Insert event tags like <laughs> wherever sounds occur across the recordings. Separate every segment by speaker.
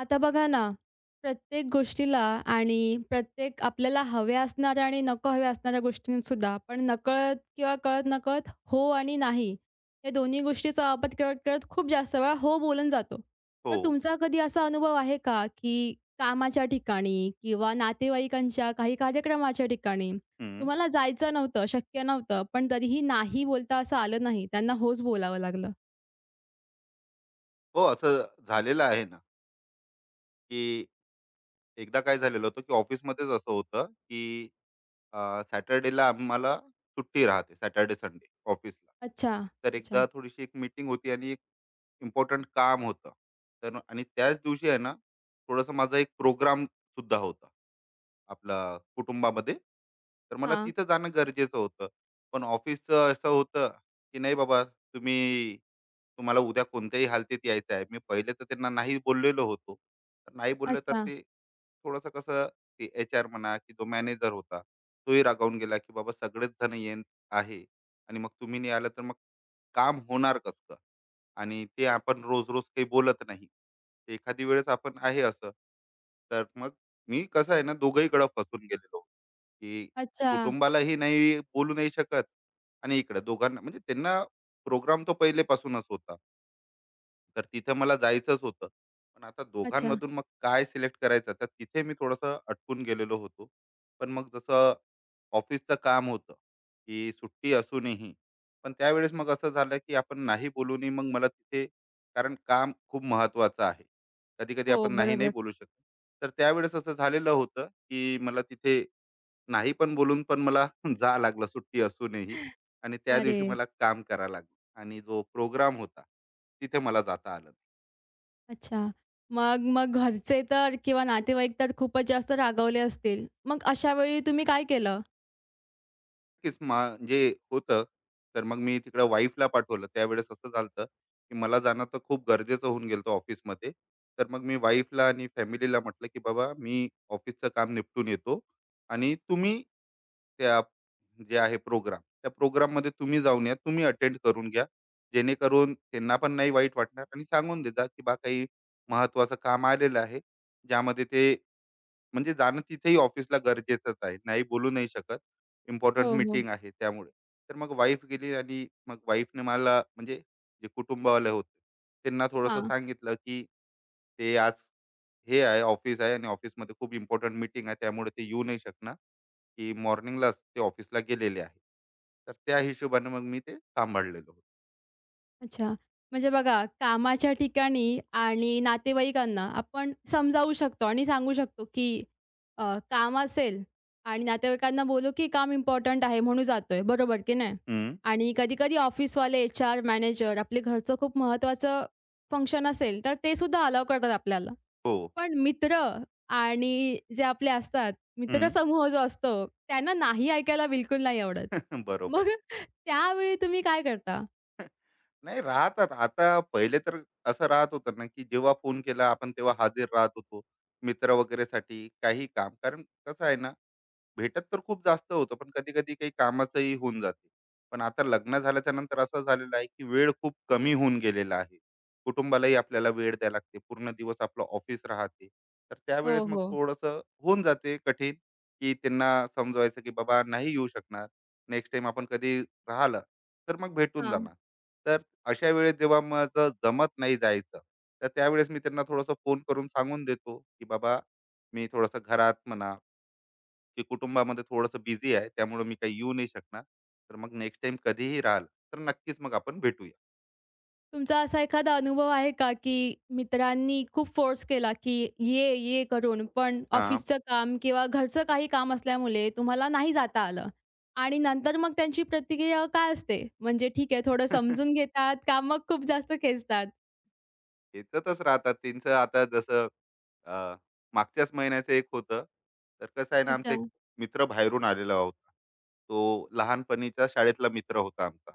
Speaker 1: आता बघा ना, प्रत्येक गोष्टीला आणि प्रत्येक आपल्याला हव्या असणाऱ्या आणि नको हव्या असणाऱ्या गोष्टींसुद्धा आपण नकळत किंवा कळत-नकळत हो आणि नाही या दोन्ही गोष्टीचा वापर करत-करत खूप जास्त वेळा हो बोलून जातो. तर
Speaker 2: हो.
Speaker 1: तुमचा कधी असा अनुभव आहे का, की कामाच्या ठिकाणी किंवा नातेवाईकांच्या काही कार्यक्रमाच्या ठिकाणी
Speaker 2: हं.
Speaker 1: तुम्हाला जायचं नव्हतं, शक्य नव्हतं, पण तरीही नाही बोलता असं आलं नाही, त्यांना होच बोलावं लागलं?
Speaker 2: हो, असं झालेलं आहे ना, की एकदा काय झालेलं होतं, की ऑफिसमध्येच असं होतं, की सॅटर्डेला आम्हाला सुट्टी राहते सॅटर्डे संडे ऑफिसला.
Speaker 1: अच्छा,
Speaker 2: तर
Speaker 1: अच्छा.
Speaker 2: एकदा थोडीशी एक मीटिंग होती आणि एक इम्पोर्टंट काम होतं. तर आणि त्याच दिवशी आहे ना, थोडंसं माझा एक प्रोग्राम सुद्धा होता, आपला कुटुंबामध्ये. तर मला
Speaker 1: हां.
Speaker 2: तिथं जाणं गरजेचं होतं. पण ऑफिसचं असं होतं, की नाही बाबा तुम्ही तुम्हाला उद्या कोणत्याही हालतीत यायचं आहे. मी पहिले तर त्यांना नाही बोललेलो होतो. तर नाही बोललं तर
Speaker 1: अच्छा,
Speaker 2: ते थोडंसं कसं ते एच-आर म्हणा की जो मॅनेजर होता, तोही रागावून गेला की बाबा सगळेच जण येत आहे आणि मग तुम्ही नाही आला तर मग काम होणार कसं? आणि ते आपण रोज-रोज काही बोलत नाही. एखादी वेळेस आपण आहे असं. तर मग मी कसं आहे ना दोघहीकडं फसून गेलेलो, की
Speaker 1: अच्छा,
Speaker 2: कुटुंबालाही नाही बोलू नाही शकत आणि इकडं दोघांना म्हणजे त्यांना प्रोग्राम तो पहिलेपासूनच होता. तर तिथे मला जायचंच होतं. पण आता
Speaker 1: अच्छा.
Speaker 2: दोघांमधून मग काय सिलेक्ट करायचं? तर तिथे मी थोडंसं अटकून गेलेलो होतो. पण मग जसं ऑफिसचं काम होतं, की सुट्टी असूनही. पण त्यावेळेस मग असं झालं, की आपण नाही बोलूनही मग मला तिथे कारण काम खूप महत्त्वाचं आहे. कधी-कधी
Speaker 1: हो,
Speaker 2: आपण नाही, नाही
Speaker 1: बरोबर.
Speaker 2: बोलू शकत. तर त्यावेळेस असं झालेलं होतं, की मला तिथे नाही पण बोलून पण मला <laughs> जावं लागलं सुट्टी असूनही आणि त्या
Speaker 1: अरे!
Speaker 2: दिवशी मला काम करावं लागलं आणि जो प्रोग्राम होता, तिथे मला जाता आलं. नाही.
Speaker 1: अच्छा. मग मग घरचे तर किंवा नातेवाईक तर खूपच जास्त रागावले असतील. मग अशा वेळी तुम्ही काय केलं?
Speaker 2: नक्कीच म्हणजे होतं तर मग मी तिकडे वाईफला पाठवलं त्यावेळेस असं झालं की मला जाणं तर खूप गरजेचं होऊन गेलं ऑफिसमध्ये. तर मग मी वाईफला आणि फॅमिलीला म्हटलं की बाबा मी ऑफिसचं काम निपटून येतो आणि तुम्ही त्या जे आहे प्रोग्राम त्या प्रोग्राम मध्ये तुम्ही जाऊन या, तुम्ही अटेंड करून घ्या, जेणेकरून त्यांना पण नाही वाईट वाटणार आणि सांगून देजा की बा काही महत्वाचं काम आलेलं आहे ज्यामध्ये ते म्हणजे जाणं तिथेही ऑफिसला गरजेचंच आहे. नाही बोलू नाही शकत. इम्पोर्टंट
Speaker 1: हो, हो.
Speaker 2: मीटिंग आहे त्यामुळे. तर मग वाईफ गेली आणि मग वाईफने मला म्हणजे जे कुटुंबवाले होते, त्यांना थोडंसं
Speaker 1: हां.
Speaker 2: सांगितलं, की "ते आज हे आहे ऑफिस आहे आणि ऑफिसमध्ये खूप इम्पोर्टंट मीटिंग आहे त्यामुळे ते येऊ नाही शकणार, की मॉर्निंगलाच ते ऑफिसला गेलेले आहे." तर त्या हिशोबाने मग मी ते सांभाळलेलं होतं.
Speaker 1: अच्छा. म्हणजे बघा कामाच्या ठिकाणी आणि नातेवाईकांना आपण समजावू शकतो आणि सांगू शकतो, की अ, काम असेल आणि नातेवाईकांना बोलू, की काम इम्पोर्टंट आहे म्हणून जातोय. बरोबर की नाही?
Speaker 2: हं.
Speaker 1: आणि कधी-कधी ऑफिसवाले, एचआर, मॅनेजर आपले घरचं खूप महत्त्वाचं फंक्शन असेल, तर ते सुद्धा अलाउ करतात आपल्याला.
Speaker 2: हो.
Speaker 1: पण मित्र आणि जे आपले असतात,
Speaker 2: हं.
Speaker 1: मित्रसमूह जो असतो, त्यांना नाही ऐकायला बिलकुल नाही आवडत.
Speaker 2: <laughs> बरोबर.
Speaker 1: मग त्यावेळी तुम्ही काय करता?
Speaker 2: नाही राहतात आता पहिले तर असं राहत होतं ना की जेव्हा फोन केला आपण तेव्हा हजर राहत होतो मित्र वगैरे साठी काही काम कारण कसं आहे ना भेटत तर खूप जास्त होतं, पण कधी-कधी काही कामाचंही होऊन जाते. पण आता लग्न झाल्याच्या नंतर असं झालेलं आहे, की वेळ खूप कमी होऊन गेलेला आहे. कुटुंबालाही आपल्याला वेळ द्यायला लागते. पूर्ण दिवस आपलं ऑफिस राहते. तर
Speaker 1: हो,
Speaker 2: त्यावेळेस मग
Speaker 1: हो.
Speaker 2: थोडंसं होऊन जाते कठीण, की त्यांना समजवायचं, की "बाबा नाही येऊ शकणार. नेक्स्ट टाईम आपण कधी राहिलं, तर मग भेटून
Speaker 1: हां.
Speaker 2: जाणार." तर अशा वेळेस जेव्हा माझं जमत नाही जायचं, तर त्यावेळेस मी त्यांना थोडंसं फोन करून सांगून देतो, की "बाबा, मी थोडंसं घरात म्हणा की कुटुंबामध्ये थोडंसं बिझी आहे त्यामुळे मी काही येऊ नाही शकणार तर मग नेक्स्ट टाइम कधीही राहिलं तर नक्कीच मग आपण भेटूया."
Speaker 1: तुमचा असा एखादा अनुभव आहे का, की मित्रांनी खूप फोर्स केला, की "ये, ये" करून, पण
Speaker 2: हा.
Speaker 1: ऑफिसचं काम किंवा घरचं काही काम असल्यामुळे तुम्हाला नाही जाता आलं आणि नंतर मग त्यांची प्रतिक्रिया काय असते? म्हणजे ठीक आहे, थोडं
Speaker 2: <laughs>
Speaker 1: समजून घेतात का मग खूप जास्त खेचतात?
Speaker 2: त्याच्यातच राहतात त्यांचं आता जसं अ, मागच्याच महिन्याचं एक होतं. तर कसं आहे ना आमचा
Speaker 1: अच्छा.
Speaker 2: एक मित्र बाहेरून आलेला होता, तो लहानपणीचा शाळेतला मित्र होता आमचा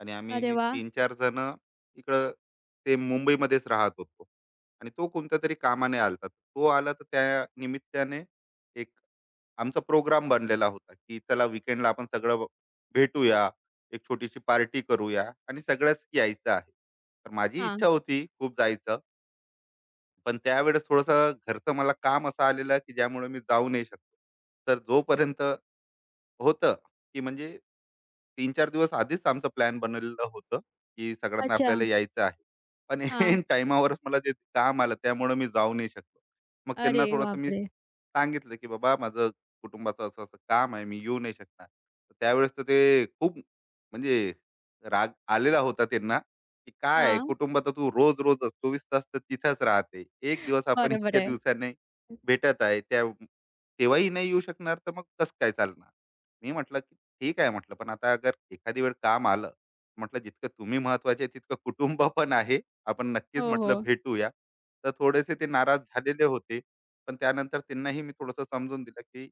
Speaker 2: आणि
Speaker 1: अरे
Speaker 2: आम्ही
Speaker 1: वाह!
Speaker 2: तीन चार जण इकडं ते मुंबईमध्येच राहत होतो आणि तो कोणत्या तरी कामाने आलता, तो आला तर त्या निमित्ताने एक आमचा प्रोग्राम बनलेला होता की चला वीकेंडला आपण सगळं भेटूया, एक छोटीशी पार्टी करूया आणि सगळ्याच यायचं आहे. तर माझी
Speaker 1: हां.
Speaker 2: इच्छा होती खूप जायचं. पण त्यावेळेस थोडंसं घरचं मला काम असं आलेलं की ज्यामुळे मी जाऊ नाही शकलो. तर जोपर्यंत होतं की म्हणजे तीन-चार दिवस आधीच आमचं प्लॅन बनवलेलं होतं, की सगळ्यांना
Speaker 1: अच्छा.
Speaker 2: आपल्याला यायचं आहे. पण
Speaker 1: हां.
Speaker 2: ऐन टाईमावरच मला ते काम आलं त्यामुळं मी जाऊ नाही शकलो. मग त्यांना
Speaker 1: अरे
Speaker 2: थोडंसं मी
Speaker 1: बापरे!
Speaker 2: सांगितलं, की "बाबा माझं कुटुंबाचं असं-असं काम आहे, मी येऊ नाही शकणार." तर त्यावेळेस तर ते खूप म्हणजे राग आलेला होता त्यांना की काय आहे,
Speaker 1: हां,
Speaker 2: कुटुंब तर तू रोज-रोजच 24 तास तर तिथेच राहते. एक दिवस आपण
Speaker 1: बरोबर
Speaker 2: इतक्या
Speaker 1: आहे.
Speaker 2: दिवसांनी भेटत आहे, त्या तेव्हाही नाही येऊ शकणार, तर मग कसं काय चालणार? मी म्हटलं, की "ठीक आहे," म्हटलं, "पण आता अगर एखादी वेळ काम आलं," म्हटलं, "जितकं तुम्ही महत्वाचे आहे, तितकं कुटुंब <laughs> पण आहे. आपण
Speaker 1: हो,
Speaker 2: नक्कीच," म्हटलं,
Speaker 1: हो.
Speaker 2: "भेटूया." तर थोडेसे ते नाराज झालेले होते. पण त्यानंतर त्यांनाही मी थोडंसं समजून दिलं, की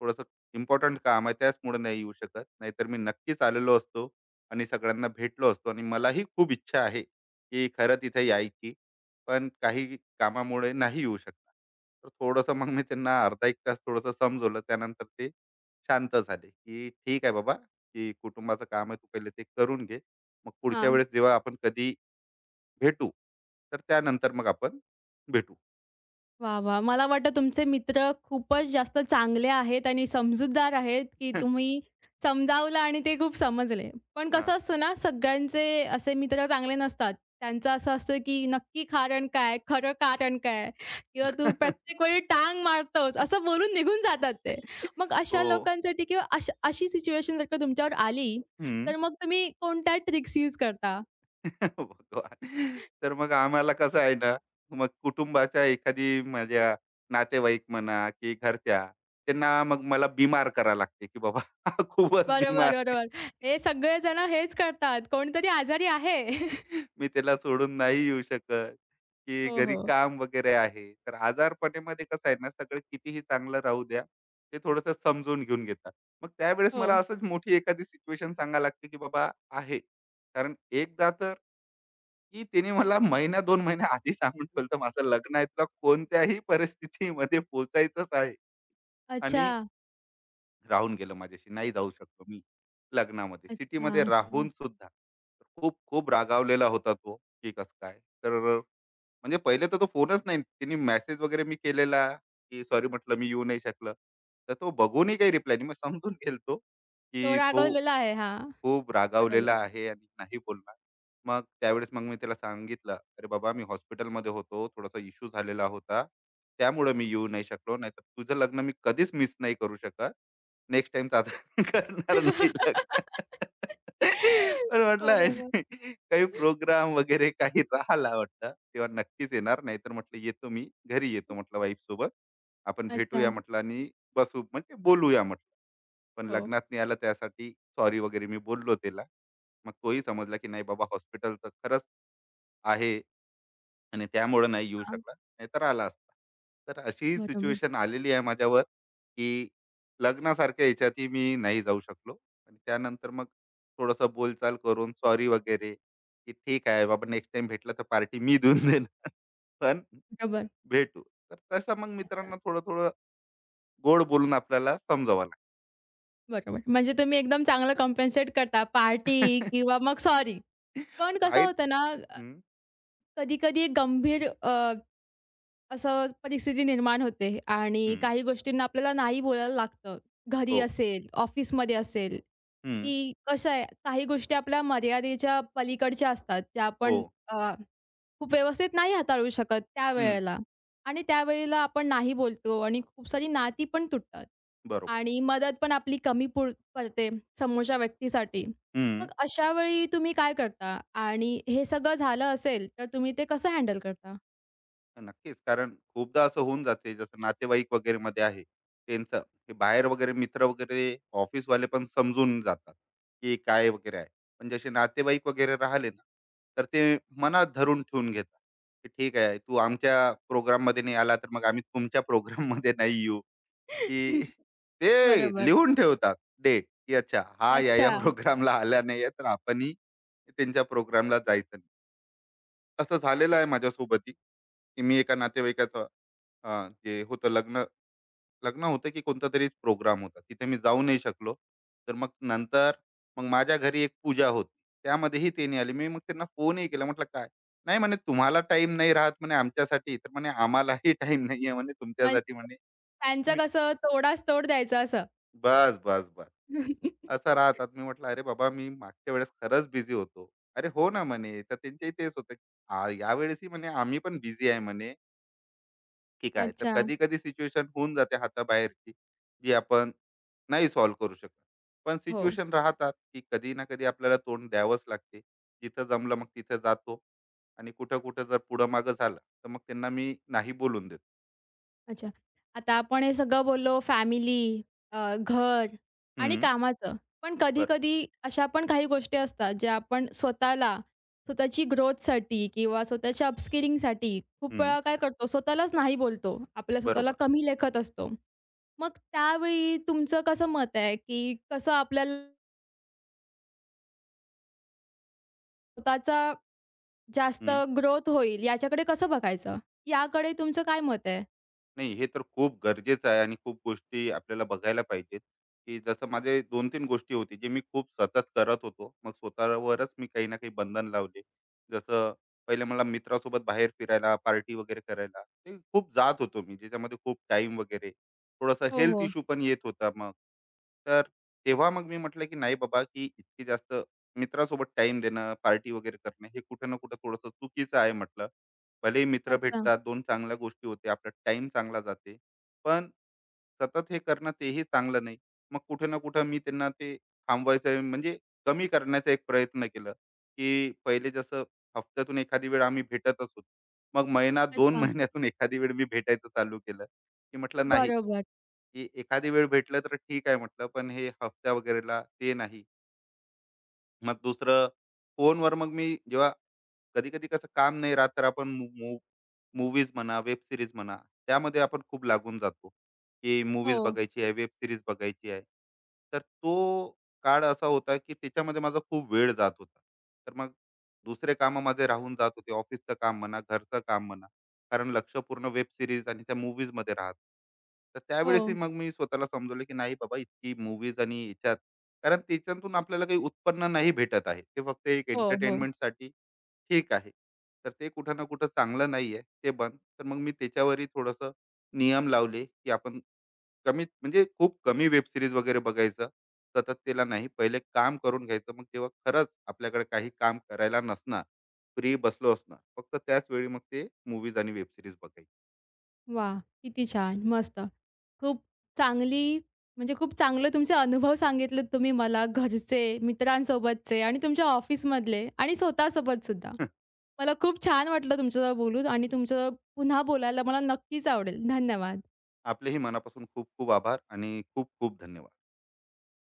Speaker 2: थोडंसं इम्पोर्टंट काम आहे, त्याचमुळे नाही येऊ शकत. नाहीतर मी नक्कीच आलेलो असतो आणि सगळ्यांना भेटलो असतो आणि मलाही खूप इच्छा आहे की खरं तिथे यायची, पण काही कामामुळे नाही येऊ शकणार. तर थोडंसं मग मी त्यांना अर्धा एक तास थोडंसं समजवलं. त्यानंतर ते शांत झाले की ठीक आहे बाबा की कुटुंबाचं काम आहे तू पहिले ते करून घे, मग पुढच्या
Speaker 1: हां.
Speaker 2: वेळेस जेव्हा आपण कधी भेटू तर त्यानंतर मग आपण भेटू.
Speaker 1: वाह, वाह! मला वाटतं तुमचे मित्र खूपच जास्त चांगले आहेत आणि समजूतदार आहेत, की तुम्ही
Speaker 2: <laughs>
Speaker 1: समजावलं आणि ते खूप समजले. पण कसं
Speaker 2: हा.
Speaker 1: असतं ना, सगळ्यांचे असे मित्र चांगले नसतात. त्यांचं असं असतं, की नक्की कारण काय? खरं कारण काय? किंवा तू
Speaker 2: <laughs>
Speaker 1: प्रत्येक वेळी टांग मारतोस, असं बोलून निघून जातात ते. मग अशा
Speaker 2: हो.
Speaker 1: लोकांसाठी किंवा अशी सिच्युएशन जर का तुमच्यावर आली, तर मग तुम्ही कोणत्या ट्रिक्स यूज करता?
Speaker 2: <laughs> भगवान! तर मग आम्हाला कसं आहे ना, मग कुटुंबाच्या एखादी माझ्या नातेवाईक म्हणा की घरच्या, त्यांना मग मला बीमार करा लागते, की बाबा <laughs> हा खूपच बीमार
Speaker 1: बरोबर,
Speaker 2: आहे.
Speaker 1: बरोबर. हे सगळेजण हेच करतात. कोणतरी आजारी आहे. <laughs>
Speaker 2: मी त्याला सोडून नाही येऊ शकत, की
Speaker 1: हो,
Speaker 2: घरी
Speaker 1: हो.
Speaker 2: काम वगैरे आहे. तर आजारपणामध्ये कसं आहे ना, सगळं कितीही चांगलं राहू द्या, ते थोडंसं समजून घेऊन घेतात. मग त्यावेळेस
Speaker 1: हो.
Speaker 2: मला असंच मोठी एखादी सिच्युएशन सांगावी लागते, की बाबा आहे. कारण एकदा तर की तिने मला महिना 2 महिने आधी सांगून ठेवलं होतं, माझं लग्न आहे. तुला कोणत्याही परिस्थितीमध्ये पोहोचायचंच आहे
Speaker 1: अच्छा,
Speaker 2: आणि राहून गेलं माझ्याशी. नाही जाऊ शकलो मी लग्नामध्ये. सिटीमध्ये
Speaker 1: अच्छा, अच्छा.
Speaker 2: राहून सुद्धा. तर खूप खूप रागावलेला होता तो, की कसं काय? तर अ, म्हणजे पहिले तर तो फोनच नाही. तिने मेसेज वगैरे मी केलेला, की "सॉरी" म्हटलं, "मी येऊ नाही शकलं." तर तो बघूनही काही रिप्लाय नाही. मग समजून गेलो
Speaker 1: तो
Speaker 2: की तो
Speaker 1: रागवलेला आहे. हां,
Speaker 2: खूप रागावलेला
Speaker 1: बरोबर.
Speaker 2: आहे आणि नाही बोलणार. मग त्यावेळेस मग मी त्याला सांगितलं, "अरे बाबा, मी हॉस्पिटलमध्ये होतो. थोडासा इश्यू झालेला होता. त्यामुळं मी येऊ नाही शकलो. नाहीतर तुझं लग्न मी कधीच मिस नाही करू शकत. नेक्स्ट टाइम तर आता <laughs> करणार नाही लग्न."
Speaker 1: <laughs>
Speaker 2: पण म्हटलं
Speaker 1: बरोबर.
Speaker 2: आणि काही प्रोग्राम वगैरे काही राहिला वाटतं, तेव्हा नक्कीच येणार. नाहीतर म्हटलं येतो मी, घरी येतो म्हटलं वाईफसोबत. आपण
Speaker 1: अच्छा.
Speaker 2: भेटूया म्हटलं आणि बसू म्हणजे बोलूया म्हटलं. पण
Speaker 1: हो.
Speaker 2: लग्नात नाही आलं त्यासाठी सॉरी वगैरे मी बोललो त्याला. मग तोही समजला की नाही बाबा हॉस्पिटलचं खरंच आहे आणि त्यामुळे नाही येऊ
Speaker 1: हां.
Speaker 2: शकला, नाहीतर आला असता. तर अशी
Speaker 1: बरोबर,
Speaker 2: सिच्युएशन आलेली आहे माझ्यावर, की लग्नासारख्या ह्याच्यातही मी नाही जाऊ शकलो. आणि त्यानंतर मग थोडंसं बोलचाल करून सॉरी वगैरे, की ठीक आहे बाबा नेक्स्ट टाईम भेटला तर पार्टी मी देऊन देणार, <laughs> पण
Speaker 1: बरोबर.
Speaker 2: भेटू. तर तसं मग
Speaker 1: अच्छा.
Speaker 2: मित्रांना थोडं-थोडं गोड बोलून आपल्याला समजावं लागतं.
Speaker 1: बरोबर. म्हणजे तुम्ही एकदम चांगलं कॉम्पेन्सेट करता पार्टी किंवा
Speaker 2: <laughs>
Speaker 1: मग सॉरी. पण कसं
Speaker 2: काय
Speaker 1: होतं ना,
Speaker 2: हं,
Speaker 1: कधी-कधी गंभीर असं परिस्थिती निर्माण होते आणि
Speaker 2: हं.
Speaker 1: काही गोष्टींना आपल्याला नाही बोलायला लागतं. घरी
Speaker 2: हो.
Speaker 1: असेल, ऑफिसमध्ये असेल,
Speaker 2: हं.
Speaker 1: की कसं आहे काही गोष्टी आपल्या मर्यादेच्या पलीकडच्या असतात, ज्या
Speaker 2: हो.
Speaker 1: आपण अ, खूप व्यवस्थित नाही हाताळू शकत
Speaker 2: हं. हं.
Speaker 1: त्यावेळेला आणि त्यावेळेला आपण नाही बोलतो आणि खूप सारी नाती पण तुटतात
Speaker 2: बरोबर.
Speaker 1: आणि मदत पण आपली कमी पुर पडते समोरच्या व्यक्तीसाठी.
Speaker 2: हं.
Speaker 1: मग अशा वेळी तुम्ही काय करता? आणि हे सगळं झालं असेल, तर तुम्ही ते कसं हँडल करता?
Speaker 2: नक्कीच. कारण खूपदा असं होऊन जाते जसं नातेवाईक वगैरेमध्ये आहे. त्यांचं हे बाहेर वगैरे मित्र वगैरे ऑफिसवाले पण समजून जातात, की काय वगैरे आहे. पण जसे नातेवाईक वगैरे राहिले ना, तर ते मनात धरून ठेवून घेतात, की ठीक आहे तू आमच्या प्रोग्राममध्ये नाही आला तर मग आम्ही तुमच्या प्रोग्राममध्ये <laughs> नाही येऊ, की
Speaker 1: <laughs>
Speaker 2: ते
Speaker 1: बरोबर.
Speaker 2: लिहून ठेवतात डेट, की अच्छा हा या,
Speaker 1: अच्छा.
Speaker 2: या प्रोग्रामला आला नाही आहे तर आपणही त्यांच्या प्रोग्रामला जायचं. असं झालेलं आहे माझ्यासोबतही, की मी एका नातेवाईकाचं जे होतं लग्न लग्न होतं की कोणता तरी प्रोग्राम होता. तिथे मी जाऊ नाही शकलो. तर मग नंतर मग माझ्या घरी एक पूजा होती. त्यामध्येही ते नाही आले. मी मग त्यांना फोनही केला. म्हटलं, "काय?" "नाही," म्हणे, "तुम्हाला टाईम नाही राहत म्हणे आमच्यासाठी, तर म्हणे आम्हालाही टाईम नाही आहे म्हणे तुमच्यासाठी
Speaker 1: म्हणजे
Speaker 2: म्हणे."
Speaker 1: त्यांचं
Speaker 2: मी
Speaker 1: कसं तोडास तोड द्यायचं असं.
Speaker 2: बस, बस, बस.
Speaker 1: <laughs>
Speaker 2: असं राहतात. मी म्हटलं, "अरे बाबा, मी मागच्या वेळेस खरंच बिझी होतो." "अरे हो ना," म्हणे. तर त्यांचंही तेच होतं, "आ, यावेळेसही म्हणे आम्ही पण बिझी आहे म्हणे." ठीक आहे तर
Speaker 1: अच्छा.
Speaker 2: कधी कधी सिच्युएशन होऊन जाते हाताबाहेरची जी आपण नाही सॉल्व्ह करू शकत, पण
Speaker 1: हो.
Speaker 2: सिच्युएशन राहतात की कधी ना कधी आपल्याला तोंड द्यावंच लागते. जिथं जमलं मग तिथं जातो आणि कुठं कुठं जर पुढं मागं झालं तर मग त्यांना मी नाही बोलून देतो.
Speaker 1: अच्छा. आता आपण हे सगळं बोललो फॅमिली, घर आणि
Speaker 2: हम्म,
Speaker 1: कामाचं. पण
Speaker 2: बरो-
Speaker 1: कधी-कधी अशा पण काही गोष्टी असतात, ज्या आपण स्वतःला, स्वतःची ग्रोथसाठी किंवा स्वतःच्या अपस्किलिंगसाठी खूप
Speaker 2: हम्म,
Speaker 1: वेळा काय करतो, स्वतःलाच नाही बोलतो. आपल्या स्वतःला
Speaker 2: बरोबर.
Speaker 1: कमी लेखत असतो. मग त्यावेळी तुमचं कसं मत आहे, की कसं आपल्याला स्वतःचा जास्त ग्रोथ होईल याच्याकडे कसं बघायचं? याकडे तुमचं काय मत आहे?
Speaker 2: नाही हे तर खूप गरजेचं आहे आणि खूप गोष्टी आपल्याला बघायला पाहिजेत, की जसं माझे दोन तीन गोष्टी होती जे मी खूप सतत करत होतो. मग स्वतःवरच मी काही ना काही बंधन लावले. जसं पहिले मला मित्रासोबत बाहेर फिरायला पार्टी वगैरे करायला ते खूप जात होतो मी, ज्याच्यामध्ये खूप टाइम वगैरे थोडासा
Speaker 1: हो,
Speaker 2: हेल्थ
Speaker 1: हो.
Speaker 2: इश्यू पण येत होता मग. तर तेव्हा मग मी म्हटलं की नाही बाबा की इतकी जास्त मित्रासोबत टाइम देणं पार्टी वगैरे करणं हे कुठं ना कुठं थोडंसं चुकीचं आहे म्हटलं. भलेही मित्र
Speaker 1: अच्छा,
Speaker 2: भेटतात, दोन चांगल्या गोष्टी होते, आपला टाइम चांगला जाते, पण सतत हे करणं तेही चांगलं नाही. मग कुठे ना कुठे मी त्यांना ते थांबवायचं म्हणजे कमी करण्याचा एक प्रयत्न केला, की पहिले जसं हफ्त्यातून एखादी वेळ आम्ही भेटतच होतो, मग महिना 2
Speaker 1: अच्छा.
Speaker 2: <laughs> महिन्यातून एखादी वेळ मी भेटायचं चालू केलं, की म्हटलं नाही,
Speaker 1: बरोबर.
Speaker 2: की एखादी वेळ भेटलं तर ठीक आहे म्हटलं, पण हे हफ्त्या वगैरेला ते नाही. मग दुसरं फोनवर मग मी जेव्हा कधी कधी कसं काम नाही राहत तर आपण मूवीज म्हणा वेब सिरीज म्हणा त्यामध्ये आपण खूप लागून जातो की
Speaker 1: हो,
Speaker 2: मूवीज बघायची आहे वेब सिरीज बघायची आहे. तर तो काळ असा होता की त्याच्यामध्ये माझा खूप वेळ जात होता. तर मग दुसरे कामं माझे राहून जात होते ऑफिसचं काम म्हणा घरचं काम म्हणा, कारण लक्ष पूर्ण वेब सिरीज आणि त्या मूवीज मध्ये राहत. तर
Speaker 1: हो,
Speaker 2: त्यावेळेसही मग मी स्वतःला समजवलं की नाही बाबा इतकी मूवीज आणि याच्यात, कारण त्याच्यातून आपल्याला काही उत्पन्न नाही भेटत आहे. ते फक्त एक
Speaker 1: हो, हो.
Speaker 2: एंटरटेनमेंटसाठी ठीक आहे. तर ते कुठं ना कुठं चांगलं नाहीये ते बंद. तर मग मी त्याच्यावरही थोडंसं नियम लावले, की आपण कमीत म्हणजे खूप कमी वेब सीरीज वगैरे बघायचं. सतत त्याला नाही. पहिले काम करून घ्यायचं. मग तेव्हा खरंच आपल्याकडे काही काम करायला नसणार. फ्री बसलो असणार. फक्त त्याच वेळी मग ते मूव्हीज आणि वेब सीरीज बघायची.
Speaker 1: वाह! किती छान. मस्त. खूप चांगली म्हणजे खूप चांगलं तुमचे अनुभव सांगितलेत तुम्ही मला घरचे, मित्रांसोबतचे आणि तुमच्या ऑफिसमधले आणि स्वतःसोबत सुद्धा.
Speaker 2: <laughs>
Speaker 1: मला खूप छान वाटलं तुमच्यासोबत बोलून आणि तुमचं पुन्हा बोलायला मला नक्कीच आवडेल. धन्यवाद.
Speaker 2: आपलेही मनापासून खूप खूप आभार आणि खूप खूप धन्यवाद.